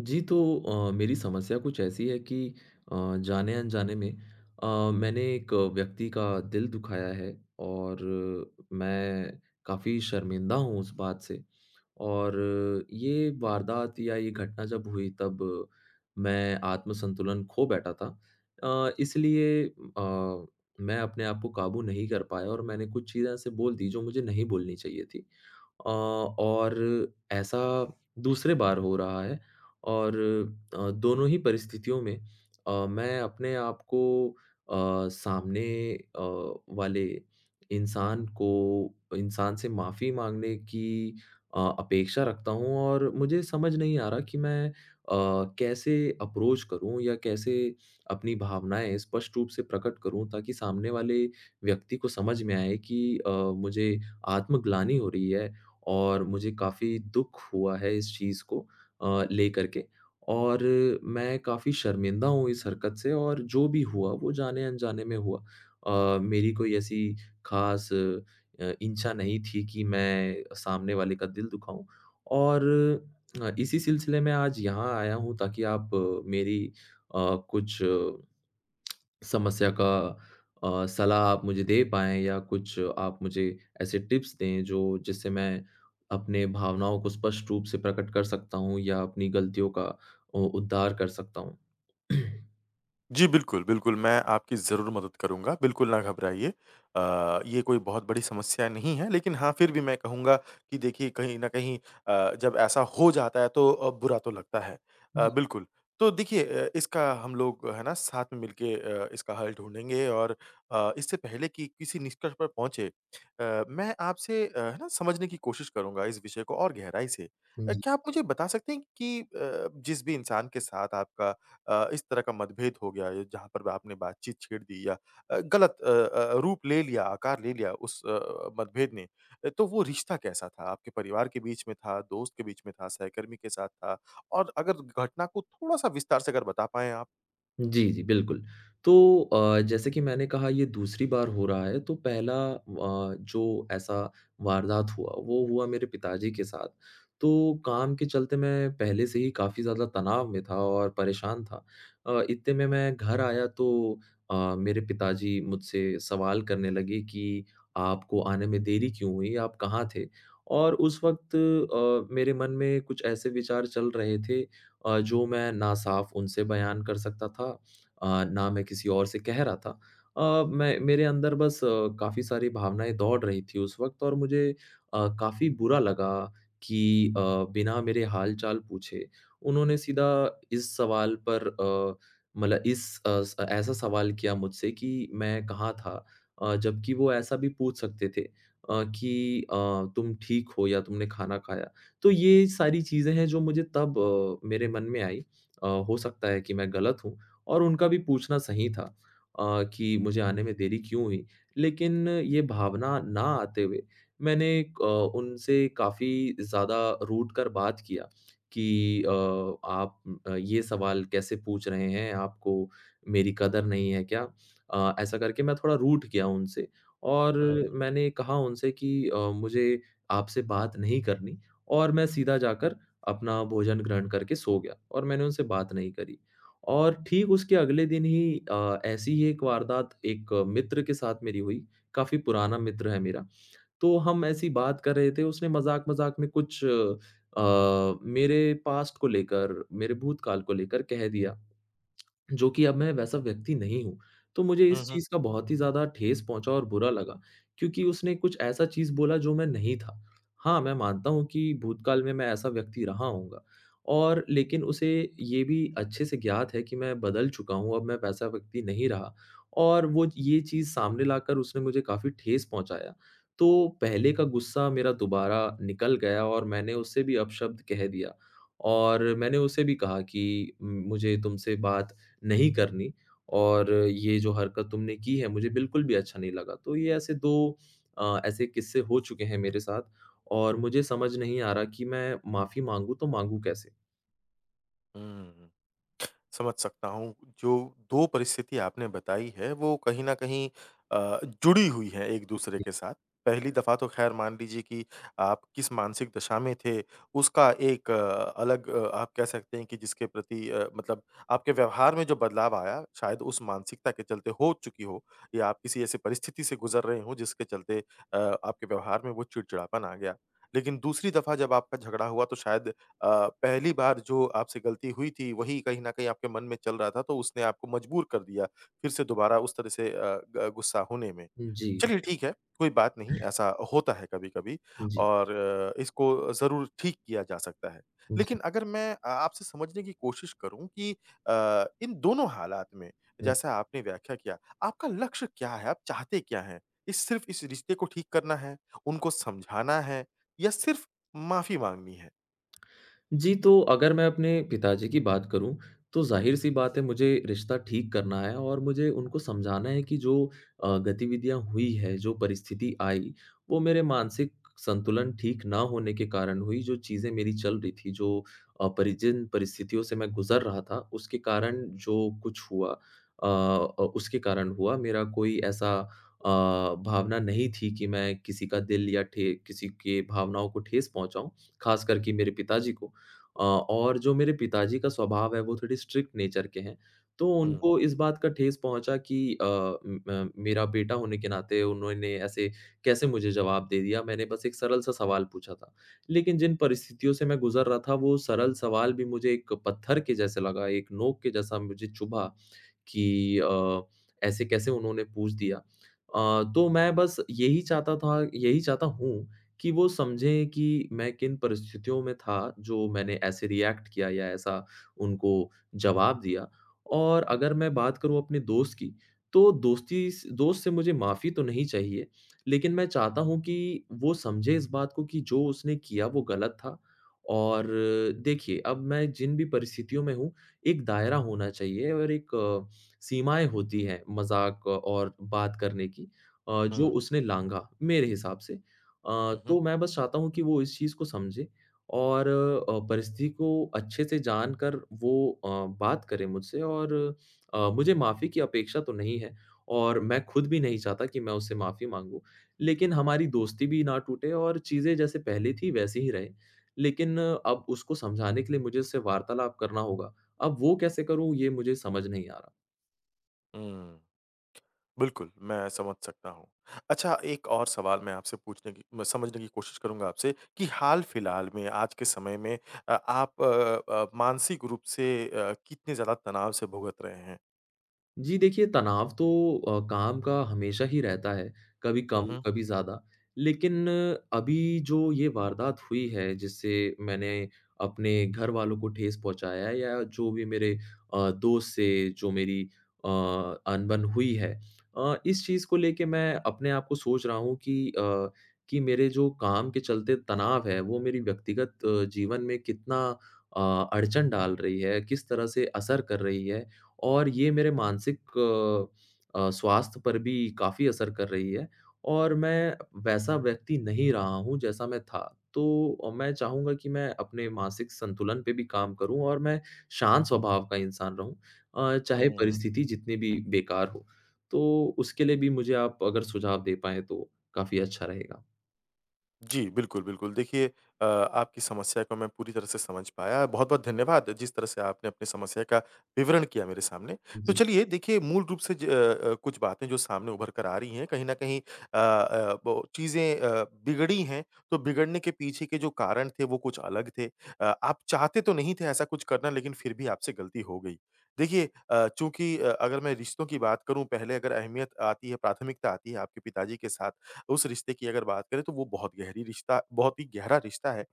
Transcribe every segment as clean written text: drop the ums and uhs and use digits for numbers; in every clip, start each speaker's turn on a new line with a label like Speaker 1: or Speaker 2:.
Speaker 1: जी, तो मेरी समस्या कुछ ऐसी है कि जाने-अनजाने में अ, मैंने एक व्यक्ति का दिल दुखाया है और मैं काफ़ी शर्मिंदा हूँ उस बात से। और ये वारदात या ये घटना जब हुई तब मैं आत्मसंतुलन खो बैठा था। इसलिए मैं अपने आप को काबू नहीं कर पाया और मैंने कुछ चीज़ें ऐसे बोल दी जो मुझे नहीं बोलनी चाहिए थी। और ऐसा दूसरे बार हो रहा है और दोनों ही परिस्थितियों में मैं अपने आप को अ, सामने वाले इंसान को इंसान से माफ़ी माँगने की अपेक्षा रखता हूँ और मुझे समझ नहीं आ रहा कि मैं कैसे अप्रोच करूँ या कैसे अपनी भावनाएँ स्पष्ट रूप से प्रकट करूँ ताकि सामने वाले व्यक्ति को समझ में आए कि मुझे आत्मग्लानि हो रही है और मुझे काफ़ी दुःख हुआ है इस चीज़ को लेकर के और मैं काफ़ी शर्मिंदा हूँ इस हरकत से और जो भी हुआ वो जाने-अनजाने में हुआ। मेरी कोई ऐसी ख़ास इच्छा नहीं थी कि मैं सामने वाले का दिल दुखाऊँ और इसी सिलसिले में आज यहाँ आया हूँ ताकि आप मेरी कुछ समस्या का सलाह आप मुझे दे पाएँ या कुछ आप मुझे ऐसे टिप्स दें जो जिससे मैं अपने भावनाओं को स्पष्ट रूप से प्रकट कर सकता हूँ या अपनी गलतियों का उ उद्धार कर सकता हूँ।
Speaker 2: जी, बिल्कुल, बिल्कुल, मैं आपकी ज़रूर मदद करूँगा, बिल्कुल ना घबराइए। ये कोई बहुत बड़ी समस्या नहीं है, लेकिन हाँ, फिर भी मैं कहूँगा कि देखिए, कहीं न कहीं जब ऐसा हो जाता है, तो बुरा तो लगता है। बिल्कुल, तो देखिए इसका हम लोग, है ना, साथ में मिलके इसका हल ढूँढेंगे और इससे पहले कि किसी निष्कर्ष पर पहुँचे मैं आपसे है ना, समझने की कोशिश करूँगा इस विषय को और गहराई से।
Speaker 1: जी।
Speaker 2: क्या आप मुझे बता सकते हैं कि जिस भी इंसान के साथ आपका इस तरह का मतभेद हो गया ये जहाँ पर आपने बातचीत छेड़ दी या रूप ले लिया, आकार ले लिया उस मतभेद ने। तो वो रिश्ता कैसा था? आपके परिवार के बीच में था, दोस्त के बीच में था, सहकर्मी के साथ था? और अगर घटना को थोड़ा-सा विस्तार से अगर बता पाएँ आप?
Speaker 1: जी, जी, बिल्कुल। तो जैसे कि मैंने कहा ये दूसरी बार हो रहा है तो पहला जो ऐसा वारदात हुआ, वो हुआ मेरे पिताजी के साथ। तो काम के चलते मैं पहले से ही काफ़ी ज़्यादा तनाव में था और परेशान था। इतने में मैं घर आया तो मेरे पिताजी मुझसे सवाल करने लगे कि आपको आने में देरी क्यों हुई? आप कहाँ थे? और उस वक़्त मेरे मन में कुछ ऐसे विचार चल रहे थे जो मैं ना साफ उनसे बयान कर सकता था ना मैं किसी और से कह रहा था। मैं मेरे अंदर बस काफ़ी सारी भावनाएँ दौड़ रही थी उस वक़्त और मुझे काफ़ी बुरा लगा कि बिना मेरे हाल-चाल पूछे उन्होंने सीधा इस सवाल पर मतलब इस अ, स ऐसा सवाल किया मुझसे कि मैं कहाँ था? जबकि वो ऐसा भी पूछ सकते थे कि तुम ठीक हो या तुमने खाना खाया? तो ये सारी चीज़ें हैं जो मुझे तब मेरे मन में आई। हो सकता है कि मैं गलत हूँ और उनका भी पूछना सही था कि मुझे आने में देरी क्यों हुई? लेकिन ये भावना ना आते हुए मैंने उनसे काफ़ी ज़्यादा रूठ कर बात किया कि आप ये सवाल कैसे पूछ रहे हैं? आपको मेरी कदर नहीं है क्या? ऐसा करके मैं थोड़ा रूठ गया उनसे और
Speaker 2: हुँ।
Speaker 1: मैंने कहा उनसे कि मुझे आपसे बात नहीं करनी और मैं सीधा जाकर अपना भोजन ग्रहण करके सो गया और मैंने उनसे बात नहीं करी। और ठीक उसके अगले दिन ही ऐसी ही एक वारदात एक मित्र के साथ मेरी हुई, काफ़ी पुराना मित्र है मेरा। तो हम ऐसी बात कर रहे थे, उसने मज़ाक-मज़ाक में कुछ मेरे पास्ट को लेकर, मेरे भूतकाल को लेकर कह दिया। जो कि अब मैं वैसा व्यक्ति नहीं हूँ। तो मुझे इस
Speaker 2: हुँ, हुँ।
Speaker 1: चीज़ का बहुत ही ज़्यादा ठेस पहुँचा और बुरा लगा, क्योंकि उसने कुछ ऐसा चीज़ बोला जो मैं नहीं था। हाँ, मैं मानता हूँ कि भूतकाल में मैं ऐसा व्यक्ति रहा हूँगा और लेकिन उसे ये भी अच्छे से ज्ञात है कि मैं बदल चुका हूँ, अब मैं वैसा व्यक्ति नहीं रहा और वो ये चीज़ सामने लाकर उसने मुझे काफ़ी ठेस पहुँचाया। तो पहले का गुस्सा मेरा दोबारा निकल गया और मैंने उससे भी अपशब्द कह दिया और मैंने उसे भी कहा कि मुझे तुमसे बात नहीं करनी और ये जो हरकत तुमने की है मुझे बिल्कुल भी अच्छा नहीं लगा। तो ये ऐसे 2 ऐसे किस्से हो चुके हैं मेरे साथ और मुझे समझ नहीं आ रहा कि मैं माफ़ी माँगू तो माँगू कैसे?
Speaker 2: हुँ। समझ सकता हूँ। जो 2 परिस्थिति आपने बताई है वो कहीं न कहीं जुड़ी हुई है एक-दूसरे के साथ। पहली दफ़ा तो ख़ैर मान लीजिए कि आप किस मानसिक दशा में थे उसका एक अलग, आप कह सकते हैं कि जिसके प्रति मतलब आपके व्यवहार में जो बदलाव आया शायद उस मानसिकता के चलते हो चुकी हो या आप किसी ऐसी परिस्थिति से गुज़र रहे हो जिसके चलते आपके व्यवहार में वो चिड़चिड़ापन आ गया। लेकिन दूसरी दफ़ा जब आपका झगड़ा हुआ तो शायद पहली बार जो आपसे गलती हुई थी वही कहीं न कहीं आपके मन में चल रहा था तो उसने आपको मजबूर कर दिया, फिर से दोबारा उस तरह से अ, ग गुस्सा होने में।
Speaker 1: जी, जी,
Speaker 2: चलिए ठीक है, कोई बात नहीं ऐसा होता है कभी-कभी
Speaker 1: जी,
Speaker 2: और इसको ज़रूर ठीक किया जा सकता है। लेकिन
Speaker 1: जी।
Speaker 2: अगर मैं आपसे समझने की कोशिश करूँ कि इन दोनों हालात में जैसा आपने व्याख्या किया, आपका लक्ष्य क्या है? आप चाहते क्या हैं? इस सिर्फ़ इस रिश्ते को ठीक करना है, उनको समझाना है या सिर्फ़ माफ़ी माँगनी है?
Speaker 1: जी, तो अगर मैं अपने पिताजी की बात करूँ, तो ज़ाहिर-सी बात है मुझे रिश्ता ठीक करना है और मुझे उनको समझाना है कि जो गतिविधियाँ हुई है, जो परिस्थिति आई, वो मेरे मानसिक संतुलन ठीक ना होने के कारण हुई। जो चीज़ें मेरी चल रही थी, जो अ, परि जिन परिस्थितियों से मैं गुज़र रहा था, उसके कारण जो कुछ हुआ उसके कारण हुआ। मेरा कोई ऐसा अ, भावना नहीं थी कि मैं किसी का दिल या ठे किसी के भावनाओं को ठेस पहुँचाऊँ, ख़ासकर कि मेरे पिताजी को। और जो मेरे पिताजी का स्वभाव है वो थोड़े स्ट्रिक्ट नेचर के हैं, तो
Speaker 2: हुँ।
Speaker 1: उनको इस बात का ठेस पहुँचा कि मेरा बेटा होने के नाते उन्होंने ऐसे कैसे मुझे जवाब दे दिया, मैंने बस एक सरल-सा सवाल पूछा था। लेकिन जिन परिस्थितियों से मैं गुज़र रहा था वो सरल सवाल भी मुझे एक पत्थर के जैसे लगा, एक नोक के जैसा मुझे चुभा कि अ, ऐसे कैसे उन्होंने पूछ दिया। तो मैं बस यही चाहता था यही चाहता हूँ कि वो समझें कि मैं किन परिस्थितियों में था, जो मैंने ऐसे रिएक्ट किया या ऐसा उनको जवाब दिया। और अगर मैं बात करूँ अपने दोस्त की, तो दोस्त से मुझे माफ़ी तो नहीं चाहिए, लेकिन मैं चाहता हूँ कि वो समझे इस बात को कि जो उसने किया वो गलत था। और देखिए, अब मैं जिन भी परिस्थितियों में हूँ, एक दायरा होना चाहिए और एक सीमाएँ होती हैं मज़ाक और बात करने की जो
Speaker 2: हुँ।
Speaker 1: उसने लाँघा मेरे हिसाब से।
Speaker 2: हुँ, हुँ।
Speaker 1: तो मैं बस चाहता हूँ कि वो इस चीज़ को समझे और परिस्थिति को अच्छे से जानकर वो बात करे मुझसे और मुझे माफ़ी की अपेक्षा तो नहीं है और मैं खुद भी नहीं चाहता कि मैं उससे माफ़ी माँगूँ। लेकिन हमारी दोस्ती भी ना टूटे और चीज़ें जैसे पहले थी वैसे ही रहे। लेकिन अब उसको समझाने के लिए मुझे उससे वार्तालाप करना होगा। अब वो कैसे करूँ ये मुझे समझ नहीं आ रहा।
Speaker 2: हुँ। बिल्कुल, मैं समझ सकता हूँ। अच्छा एक और सवाल मैं आपसे पूछने की मैं समझने की कोशिश करूँगा आपसे कि हाल-फिलहाल में आज के समय में आप मानसिक रूप से कितने ज़्यादा तनाव से भुगत रहे हैं?
Speaker 1: जी देखिए, तनाव तो काम का हमेशा ही रहता है, कभी
Speaker 2: हुँ,
Speaker 1: कम,
Speaker 2: हुँ।
Speaker 1: कभी ज़्यादा। लेकिन अभी जो ये वारदात हुई है, जिससे मैंने अपने घर वालों को ठेस पहुँचाया है या जो भी मेरे दोस्त से जो मेरी अनबन हुई है इस चीज़ को लेके मैं अपने आप को सोच रहा हूँ कि कि मेरे जो काम के चलते तनाव है, वो मेरी व्यक्तिगत जीवन में कितना अ, अड़चन डाल रही है, किस तरह से असर कर रही है। और ये मेरे मानसिक स्वास्थ्य पर भी काफ़ी असर कर रही है और मैं वैसा व्यक्ति नहीं रहा हूँ जैसा मैं था। तो मैं चाहूँगा कि मैं अपने मानसिक संतुलन पे भी काम करूँ और मैं शांत स्वभाव का इंसान रहूँ चाहे
Speaker 2: हुँ।
Speaker 1: परिस्थिति जितनी भी बेकार हो। तो उसके लिए भी मुझे आप अगर सुझाव दे पाएँ तो काफ़ी अच्छा रहेगा।
Speaker 2: जी, बिल्कुल, बिल्कुल। देखिए आपकी समस्या को मैं पूरी तरह से समझ पाया। बहुत-बहुत धन्यवाद जिस तरह से आपने अपनी समस्या का विवरण किया मेरे सामने। तो
Speaker 1: जी।
Speaker 2: चलिए देखिए मूल रूप से कुछ बातें जो सामने उभर कर आ रही हैं कहीं न कहीं वो चीज़ें बिगड़ी हैं, तो बिगड़ने के पीछे के जो कारण थे वो कुछ अलग थे। आप चाहते तो नहीं थे ऐसा कुछ करना लेकिन फिर भी आपसे गलती हो गई। देखिए चूँकि, अगर मैं रिश्तों की बात करूँ पहले अगर अहमियत आती है, प्राथमिकता आती है आपके पिताजी के साथ उस रिश्ते की अगर बात करें तो वो बहुत गहरी रिश्ता बहुत ही गहरा रिश्ता है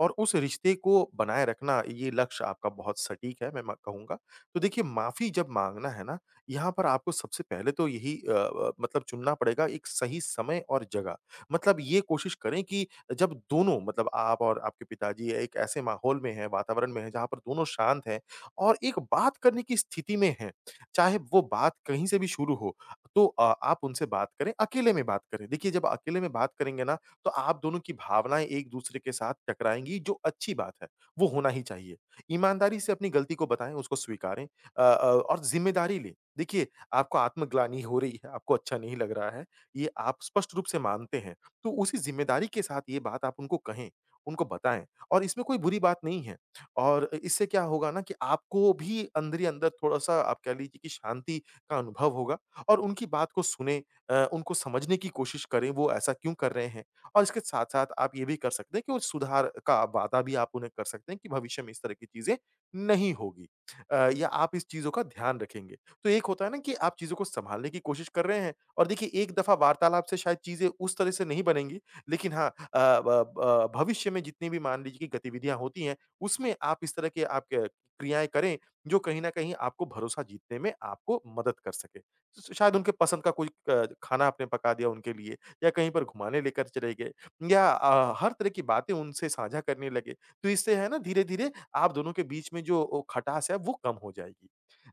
Speaker 2: और उस रिश्ते को बनाए रखना ये लक्ष्य आपका बहुत सटीक है मैं म कहूँगा। तो देखिए माफ़ी जब माँगना है ना, यहाँ पर आपको सबसे पहले तो यही मतलब चुनना पड़ेगा एक सही समय और जगह। मतलब ये कोशिश करें कि जब दोनों मतलब आप और आपके पिताजी एक ऐसे माहौल में हैं, वातावरण में हैं जहाँ पर दोनों शांत हैं और एक बात करने की स्थिति में हैं। चाहे वो बात कहीं से भी शुरू हो तो आप उनसे बात करें, अकेले में बात करें। देखिए, जब अकेले में बात करेंगे ना, तो आप दोनों की भावनाएँ एक-दूसरे के साथ टकराएँगी, जो अच्छी बात है, वो होना ही चाहिए। ईमानदारी से अपनी गलती को बताएँ, उसको स्वीकारें और ज़िम्मेदारी लें। देखिए, आपको आत्मग्लानि हो रही है, आपको अच्छा नहीं लग रहा है, ये आप स्पष्ट रूप से मानते हैं, तो उसी ज़िम्मेदारी के साथ ये बात आप उनको कहें, उनको बताएँ और इसमें कोई बुरी बात नहीं है और इससे क्या होगा ना कि आपको भी अंदर ही अंदर थोड़ा-सा आप कह लीजिए कि शांति का अनुभव होगा और उनकी बात को सुनें उनको समझने की कोशिश करें वो ऐसा क्यों कर रहे हैं। और इसके साथ-साथ आप ये भी कर सकते हैं कि वो सुधार का वादा भी आप उन्हें कर सकते हैं कि भविष्य में इस तरह की चीज़ें नहीं होगी या आप इस चीज़ों का ध्यान रखेंगे। तो एक होता है ना कि आप चीज़ों को सँभालने की कोशिश कर रहे हैं और देखिए एक दफ़ा वार्तालाप से शायद चीज़ें उस तरह से नहीं बनेंगी, लेकिन हाँ अ, ब ब भविष्य में जितनी भी मान लीजिए कि गतिविधियाँ होती हैं, उसमें आप इस तरह के आप क क्रियाएँ करें, जो कहीं न कहीं आपको भरोसा जीतने में आपको मदद कर सके। श शायद उनके पसंद का कोई खाना आपने पका दिया उनके लिए या कहीं पर घुमाने लेकर चले गए या हर तरह की बातें उनसे साझा करने लगे। तो इससे है ना धीरे-धीरे आप दोनों के बीच में जो ओ खटास है वो कम हो जाएगी।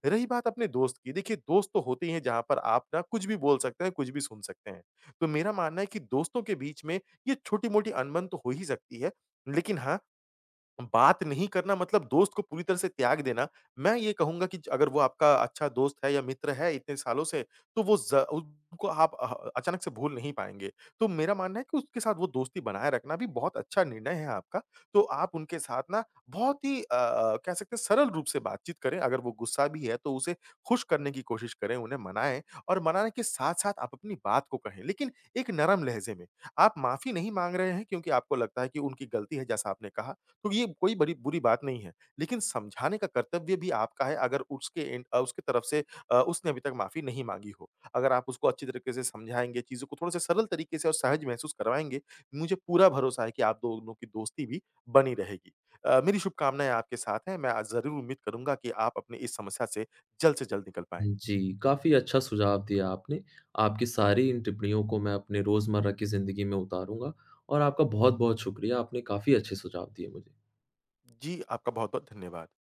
Speaker 2: रही बात अपने दोस्त की, देखिए दोस्त तो होते ही हैं जहाँ पर आप ना कुछ भी बोल सकते हैं, कुछ भी सुन सकते हैं। तो मेरा मानना है कि दोस्तों के बीच में ये छोटी-मोटी अनबन तो हो ही सकती है, लेकिन हाँ बात नहीं करना मतलब दोस्त को पूरी तरह से त्याग देना, मैं ये कहूँगा कि ज अगर वो आपका अच्छा दोस्त है या मित्र है इतने सालों से, तो वो ज़ उनको आप अह अचानक से भूल नहीं पाएँगे। तो मेरा मानना है कि उसके साथ वो दोस्ती बनाए रखना भी बहुत अच्छा निर्णय है आपका। तो आप उनके साथ ना बहुत ही कह सकते हैं सरल रूप से बातचीत करें, अगर वो गुस्सा भी है तो उसे खुश करने की कोशिश करें, उन्हें मनाएँ और मनाने के साथ-साथ आप अपनी बात को कहें, लेकिन एक नरम लहज़े में। आप माफ़ी नहीं माँग रहे हैं क्योंकि आपको लगता है कि उनकी गलती है जैसा आपने कहा, तो ये कोई बड़ी बुरी बात नहीं है। लेकिन समझाने का कर्तव्य भी आपका है अगर उसके एंड उसकी तरफ से उसने अभी तक माफ़ी नहीं माँगी हो। अगर आप उसको अच्छी तरीके से समझाएँगे, चीज़ों को थोड़ा-सा सरल तरीके से और सहज महसूस करवाएँगे, मुझे पूरा भरोसा है कि आप दोनों की दोस्ती भी बनी रहेगी। मेरी शुभकामनाएँ आपके साथ हैं। मैं ज़रूर उम्मीद करूँगा कि आप अपनी इस समस्या से जल्द निकल पाएँ।
Speaker 1: जी, काफ़ी अच्छा सुझाव दिया आपने। आपकी सारी इन टिप्पणियों को मैं अपने रोज़मर्रा की ज़िंदगी में उतारूँगा और आपका बहुत-बहुत शुक्रिया, आपने काफ़ी अच्छे सुझाव दिए मुझे।
Speaker 2: जी, आपका बहुत-बहुत धन्यवाद।